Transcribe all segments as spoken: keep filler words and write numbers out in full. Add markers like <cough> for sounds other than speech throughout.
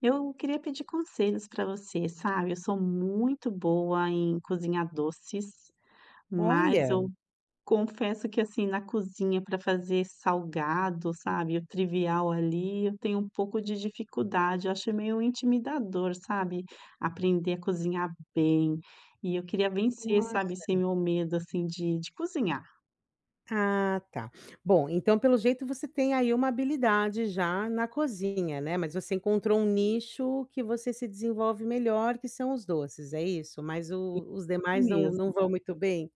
Eu queria pedir conselhos para você, sabe. Eu sou muito boa em cozinhar doces, mas Olha, eu confesso que, assim, na cozinha para fazer salgado, sabe, o trivial ali, eu tenho um pouco de dificuldade. Eu acho meio intimidador, sabe, aprender a cozinhar bem. E eu queria vencer, sabe, nossa. esse meu medo, assim, de de cozinhar Ah, tá. Bom, então pelo jeito você tem aí uma habilidade já na cozinha, né, mas você encontrou um nicho que você se desenvolve melhor, que são os doces, é isso? Mas o os demais não não mesmo. vão muito bem?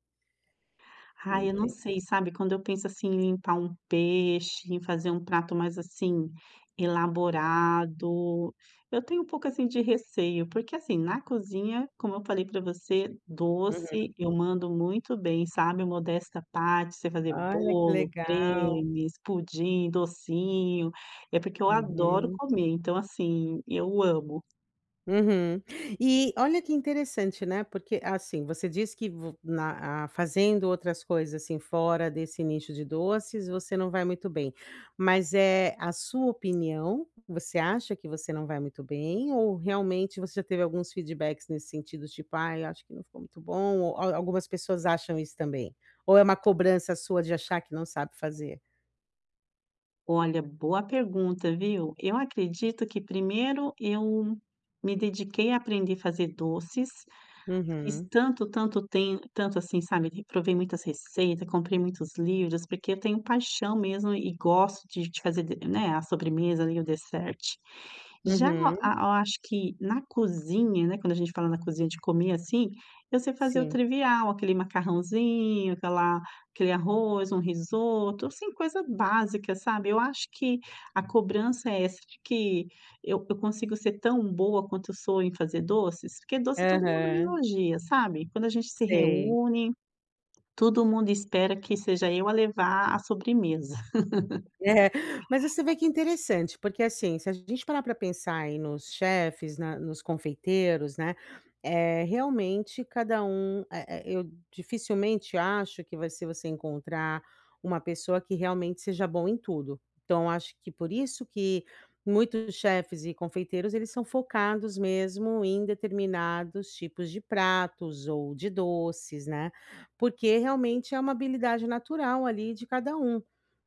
Ai, eu não Enten sei, sabe, quando eu penso, assim, em limpar um peixe, em fazer um prato mais, assim, elaborado, eu tenho um pouco, assim, de receio, porque, assim, na cozinha, como eu falei para você, Uhum. doce eu mando muito bem, sabe, Modesta parte, você fazer Olha, que bolo, legal. cremes, pudim, docinho, é porque eu adoro Uhum. comer, então, assim, eu amo. Uhum. E olha que interessante, né, porque, assim, você diz que vo na a fazendo outras coisas, assim, fora desse nicho de doces, você não vai muito bem. Mas é a sua opinião, você acha que você não vai muito bem ou realmente você já teve alguns feedbacks nesse sentido, tipo: "Ai, acho que não ficou muito bom", ou al algumas pessoas acham isso também? Ou é uma cobrança sua de achar que não sabe fazer? Olha, boa pergunta, viu? Eu acredito que primeiro eu me dediquei a aprender a fazer doces. Fiz Uhum, tanto, tanto tem tanto assim, sabe, provei muitas receitas, comprei muitos livros, porque eu tenho paixão mesmo e gosto de de fazer de, né, a sobremesa ali, o dessert. Já uhum, a eu acho que na cozinha, né, quando a gente fala na cozinha de comer, assim, eu sei fazer o sim. trivial, aquele macarrãozinho, aquela aquele arroz, um risoto, assim, coisa básica, sabe. Eu acho que a cobrança é essa de que eu eu consigo ser tão boa quanto eu sou em fazer doces, porque doce todo mundo me Aham, elogia, sabe. Quando a gente se sei. reúne, todo mundo espera que seja eu a levar a sobremesa. <laughs> É, mas você vê que é interessante, porque assim, se a gente parar para pensar aí nos chefes, na nos confeiteiros, né, é realmente cada um eh eh, eu dificilmente acho que vai ser você encontrar uma pessoa que realmente seja bom em tudo. Então acho que por isso que muitos chefes e confeiteiros, eles são focados mesmo em determinados tipos de pratos ou de doces, né, porque realmente é uma habilidade natural ali de cada um.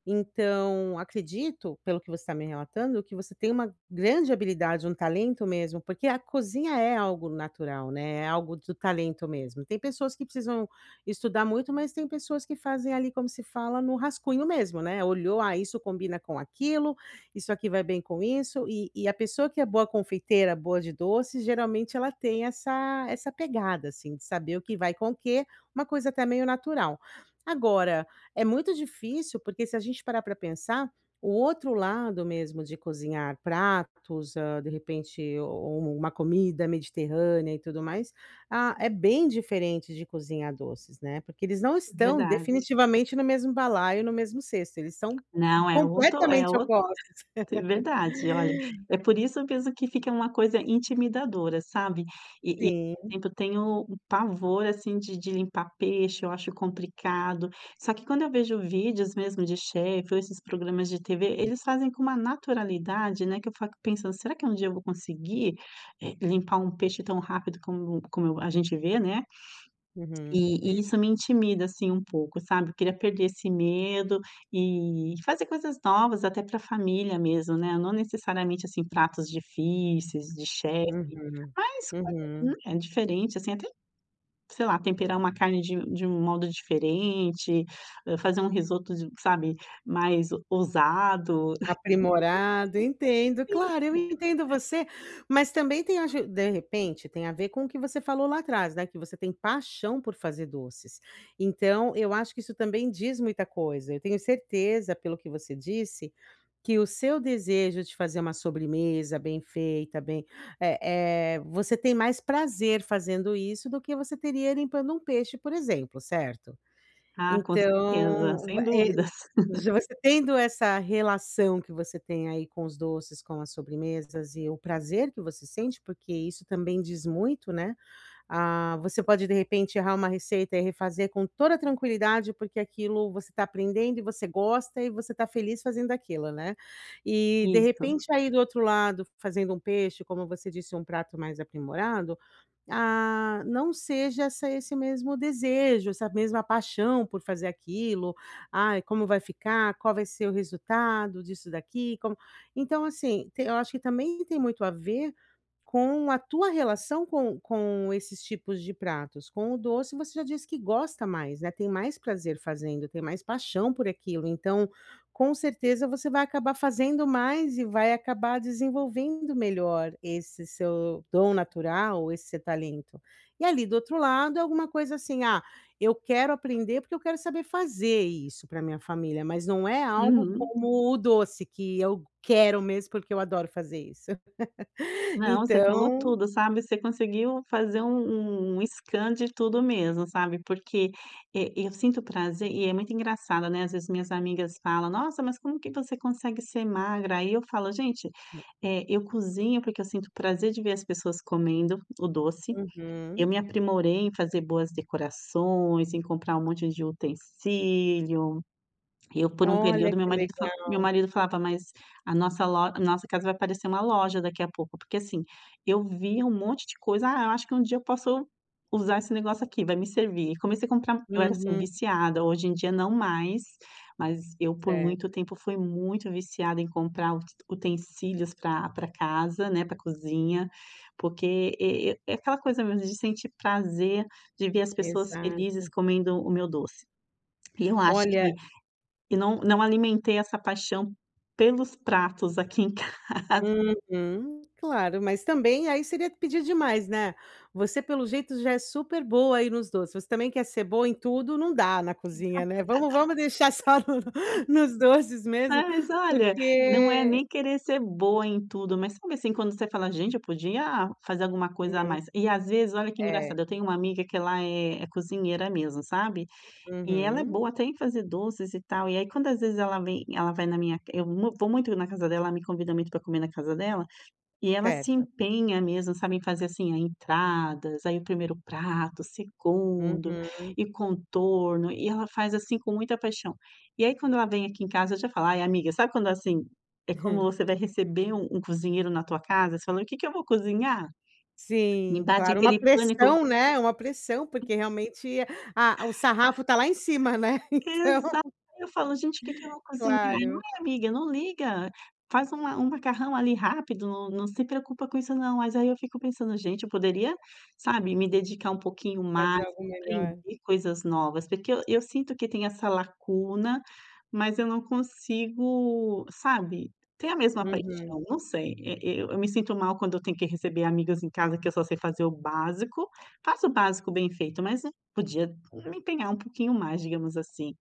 Então, acredito, pelo que você está me relatando, que você tem uma grande habilidade, um talento mesmo, porque a cozinha é algo natural, né? É algo do talento mesmo. Tem pessoas que precisam estudar muito, mas tem pessoas que fazem ali, como se fala, no rascunho mesmo, né? Olhou, ah, isso combina com aquilo, isso aqui vai bem com isso. E, e a pessoa que é boa confeiteira, boa de doces, geralmente ela tem essa, essa pegada, assim, de saber o que vai com o que, uma coisa até meio natural. Agora, é muito difícil, porque se a gente parar para pensar, o outro lado mesmo de cozinhar pratos, hã, de repente u uma comida mediterrânea e tudo mais, ah, é bem diferente de cozinhar doces, né, porque eles não É estão verdade. definitivamente no mesmo balaio, no mesmo cesto, eles são Não, é outro é completamente outro. opostos. É verdade, olha, é por isso mesmo que fica uma coisa intimidadora, sabe. E e, por Sim. exemplo, eu tenho um pavor, assim, de de limpar peixe, eu acho complicado. Só que quando eu vejo vídeos mesmo de chefe ou esses programas de T V, eles fazem com uma naturalidade, né, que eu fico pensando: "Será que um dia eu vou conseguir, eh, limpar um peixe tão rápido como como eu- a gente vê, né". Uhum. E e isso me intimida, assim, um pouco, sabe. Eu queria perder esse medo e fazer coisas novas até para a família mesmo, né, não necessariamente, assim, pratos difíceis de chefe, Uhum. mas coisas, hum, Uhum. é diferente, assim, até, sei lá, temperar uma carne de de um modo diferente, hã, fazer um risoto de, sabe, mais ousado. <laughs> Aprimorado, entendo, claro, eu entendo você, mas também tem aju de repente, tem a ver com o que você falou lá atrás, né, que você tem paixão por fazer doces. Então, eu acho que isso também diz muita coisa. Eu tenho certeza, pelo que você disse, que o seu desejo de fazer uma sobremesa bem feita, bem é, é, você tem mais prazer fazendo isso do que você teria limpando um peixe, por exemplo, certo? Ah, com certeza, Então, sem eh, dúvidas. <laughs> já você tendo essa relação que você tem aí com os doces, com as sobremesas e o prazer que você sente, porque isso também diz muito, né. Ah, você pode de repente errar uma receita e refazer com toda tranquilidade, porque aquilo você está aprendendo e você gosta e você está feliz fazendo aquilo, né. E de Isso. repente aí do outro lado, fazendo um peixe, como você disse, um prato mais aprimorado, ah, não seja essa esse mesmo desejo, essa mesma paixão por fazer aquilo. "Ai, como vai ficar? Qual vai ser o resultado disso daqui? Como" Então, assim, te eu acho que também tem muito a ver com a tua relação com com esses tipos de pratos, com o doce você já disse que gosta mais, né, tem mais prazer fazendo, tem mais paixão por aquilo, então, com certeza você vai acabar fazendo mais e vai acabar desenvolvendo melhor esse seu dom natural, esse seu talento. E ali do outro lado é alguma coisa assim: "Ah, eu quero aprender porque eu quero saber fazer isso para minha família", mas não é algo Uhum. como o doce que eu quero mesmo porque eu adoro fazer isso. <laughs> Não, você falou Então tudo, sabe, você conseguiu fazer um um um scan de tudo mesmo, sabe, porque, eh, eu sinto prazer e é muito engraçado, né, às vezes minhas amigas falam: "Nossa, mas como que você consegue ser magra?" Aí eu falo: "Gente, eh, eu cozinho porque eu sinto prazer de ver as pessoas comendo o doce, eu uhum. me aprimorei em fazer boas decorações, em comprar um monte de utensílio, eu por um Olha período, meu que marido fa legal. meu marido falava: "Mas a nossa lo a nossa casa vai parecer uma loja daqui a pouco", porque, assim, eu via um monte de coisa: "Ah, eu acho que um dia eu posso usar esse negócio aqui, vai me servir". E comecei a comprar, eu era, assim, Uhum. viciada, hoje em dia não mais, mas eu por muito Certo, tempo fui muito viciada em comprar ut utensílios para para casa, né, para cozinha, porque e e é aquela coisa mesmo de sentir prazer de ver as pessoas exato. felizes comendo o meu doce. E eu acho Olha, que e não não alimentei essa paixão pelos pratos aqui em casa. uhum. Claro, mas também aí seria pedir demais, né. Você pelo jeito já é super boa aí nos doces, você também quer ser boa em tudo, não dá na cozinha, né. Vamos vamos <laughs> deixar só no <laughs> nos doces <laughs> mesmo, Mas olha, não é porque nem querer ser boa em tudo, mas sabe, assim, quando você fala: "Gente, eu podia fazer alguma coisa a uhum. mais". E às vezes, olha que É. engraçado, eu tenho uma amiga que ela é é cozinheira mesmo, sabe, e ela é Uhum. boa até em fazer doces e tal. E aí quando às vezes ela vem, ela vai na minha eu mu vou muito na casa dela, ela me convida muito pra comer na casa dela. E ela se Certo. empenha mesmo, sabe, em fazer, assim, a entradas, aí o primeiro prato, o segundo, Uhum. e contorno, e ela faz, assim, com muita paixão. E aí quando ela vem aqui em casa eu já falo: "Ai amiga", sabe quando, assim, é como <laughs> você vai receber um um cozinheiro na tua casa, você fala: "O que que eu vou cozinhar?". Me Sim, bate claro, uma aquele pânico. pressão, né, uma pressão, porque realmente a o sarrafo tá lá em cima, né, <laughs> então, Exato. Eu falo: "Gente, o que que eu vou cozinhar?". claro, "Ai, amiga, não liga, faz uma um macarrão ali rápido, não não se preocupa com isso não". Mas aí eu fico pensando: "Gente, eu poderia, sabe, me dedicar um pouquinho fazer mais, algo melhor. aprender coisas novas", porque eu eu sinto que tem essa lacuna, mas eu não consigo, sabe, ter a mesma Uhum. paixão, não sei. E eu eu me sinto mal quando eu tenho que receber amigos em casa que eu só sei fazer o básico, faço o básico bem feito, mas eu podia me empenhar um pouquinho mais, digamos assim.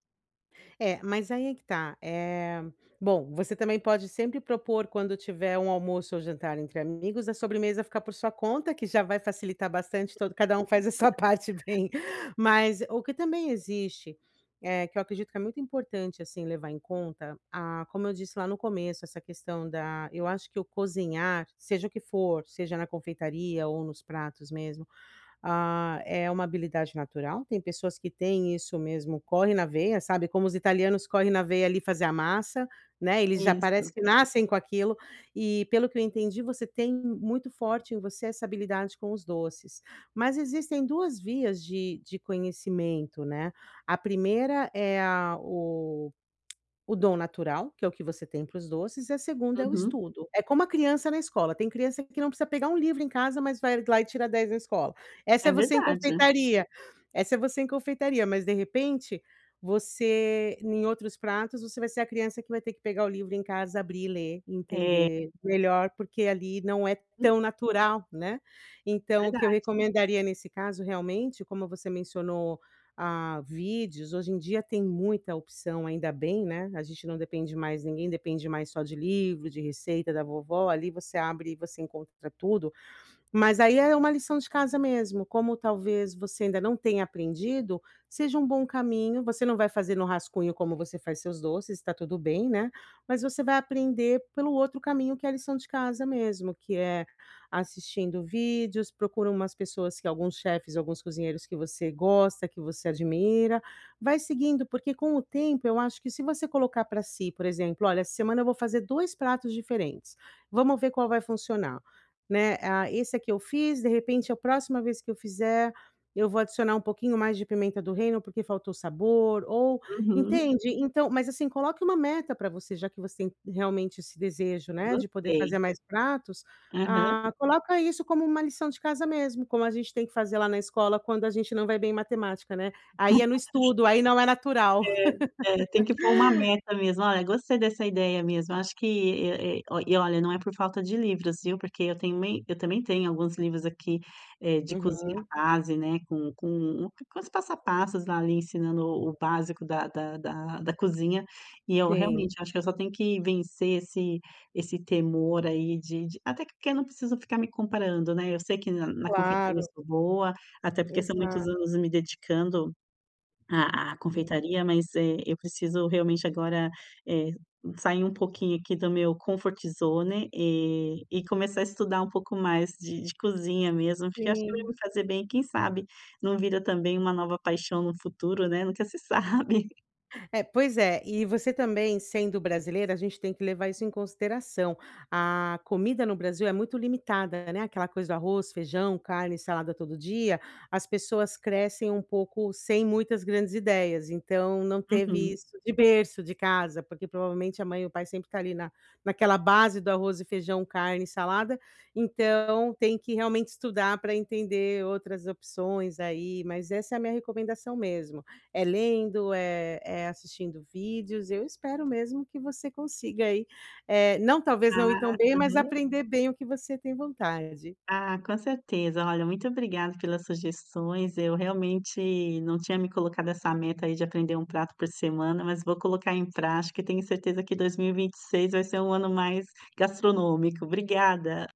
É, mas aí é que tá. É bom, você também pode sempre propor quando tiver um almoço ou jantar entre amigos, a sobremesa ficar por sua conta, que já vai facilitar bastante todo cada um <laughs> faz a sua <laughs> parte bem. Mas o que também existe, é que eu acredito que é muito importante, assim, levar em conta, a, como eu disse lá no começo, essa questão da eu acho que o cozinhar, seja o que for, seja na confeitaria ou nos pratos mesmo, ah, é uma habilidade natural, tem pessoas que têm isso mesmo, corre na veia, sabe, como os italianos correm na veia ali fazer a massa, né, eles já parece Isso. que nascem com aquilo, e pelo que eu entendi você tem muito forte em você essa habilidade com os doces. Mas existem duas vias de de conhecimento, né, a primeira é a o o dom natural, que é o que você tem para os doces, e a segunda é o Uhum. estudo. É como a criança na escola, tem criança que não precisa pegar um livro em casa, mas vai lá e tira dez na escola. Essa É é você em verdade. confeitaria, essa é você em confeitaria, mas de repente, você em outros pratos, você vai ser a criança que vai ter que pegar o livro em casa, abrir e ler, É, entender melhor, porque ali não é tão natural, né. Então o que eu verdade. recomendaria nesse caso realmente, como você mencionou a vídeos. Hoje em dia tem muita opção, ainda bem, né, a gente não depende mais ninguém depende mais só de livro, de receita da vovó, ali você abre e você encontra tudo. Mas aí é uma lição de casa mesmo, como talvez você ainda não tenha aprendido, seja um bom caminho, você não vai fazer no rascunho como você faz seus doces, está tudo bem, né, mas você vai aprender pelo outro caminho que é a lição de casa mesmo, que é assistindo vídeos, procura umas pessoas que alguns chefes, alguns cozinheiros que você gosta, que você admira, vai seguindo, porque com o tempo eu acho que se você colocar para si, por exemplo: "Olha, essa semana eu vou fazer dois pratos diferentes, vamos ver qual vai funcionar". Né, ah, esse aqui eu fiz, de repente a próxima vez que eu fizer, eu vou adicionar um pouquinho mais de pimenta do reino, porque faltou sabor ou Uhum. entende? Então mas assim, coloque uma meta para você, já que você tem realmente esse desejo, né, de poder fazer Gostei. mais pratos, Aham. ah, coloca isso como uma lição de casa mesmo, como a gente tem que fazer lá na escola quando a gente não vai bem em matemática, né. Aí é no estudo, aí não é natural. É, é, tem que pôr uma meta mesmo. Olha, gostei dessa ideia mesmo. Acho que, eh eh, ó, e olha, não é por falta de livros, viu, porque eu tenho mei eu também tenho alguns livros aqui, eh, de cozinha Uhum, base, né, com com com os passo a passos lá, ali, ensinando o o básico da da da da cozinha, e eu sim, realmente acho que eu só tenho que vencer esse esse temor aí de de até porque eu não preciso ficar me comparando, né, eu sei que na na confeitaria eu claro, sou boa, até porque são exato. muitos anos me dedicando a a confeitaria, mas, eh, eu preciso realmente agora, eh, sair um pouquinho aqui do meu comfort zone, eh, e começar a estudar um pouco mais de de cozinha mesmo, porque acho que vai Sim. me fazer bem, quem sabe não vira também uma nova paixão no futuro, né, nunca se sabe. <laughs> É, pois é, e você também, sendo brasileira, a gente tem que levar isso em consideração. A comida no Brasil é muito limitada, né? Aquela coisa do arroz, feijão, carne, salada todo dia. As pessoas crescem um pouco sem muitas grandes ideias, então não teve Uhum. isso de berço, de casa, porque provavelmente a mãe e o pai sempre tá ali na naquela base do arroz e feijão, carne salada, então tem que realmente estudar para entender outras opções aí, mas essa é a minha recomendação mesmo é lendo, é é assistindo vídeos. Eu espero mesmo que você consiga aí, eh, não talvez não ir Ah, tão bem, mas aham. aprender bem o que você tem vontade. Ah, com certeza. Olha, muito obrigada pelas sugestões. Eu realmente não tinha me colocado essa meta aí de aprender um prato por semana, mas vou colocar em prática e tenho certeza que dois mil e e vinte e seis vai ser um ano mais gastronômico. Obrigada.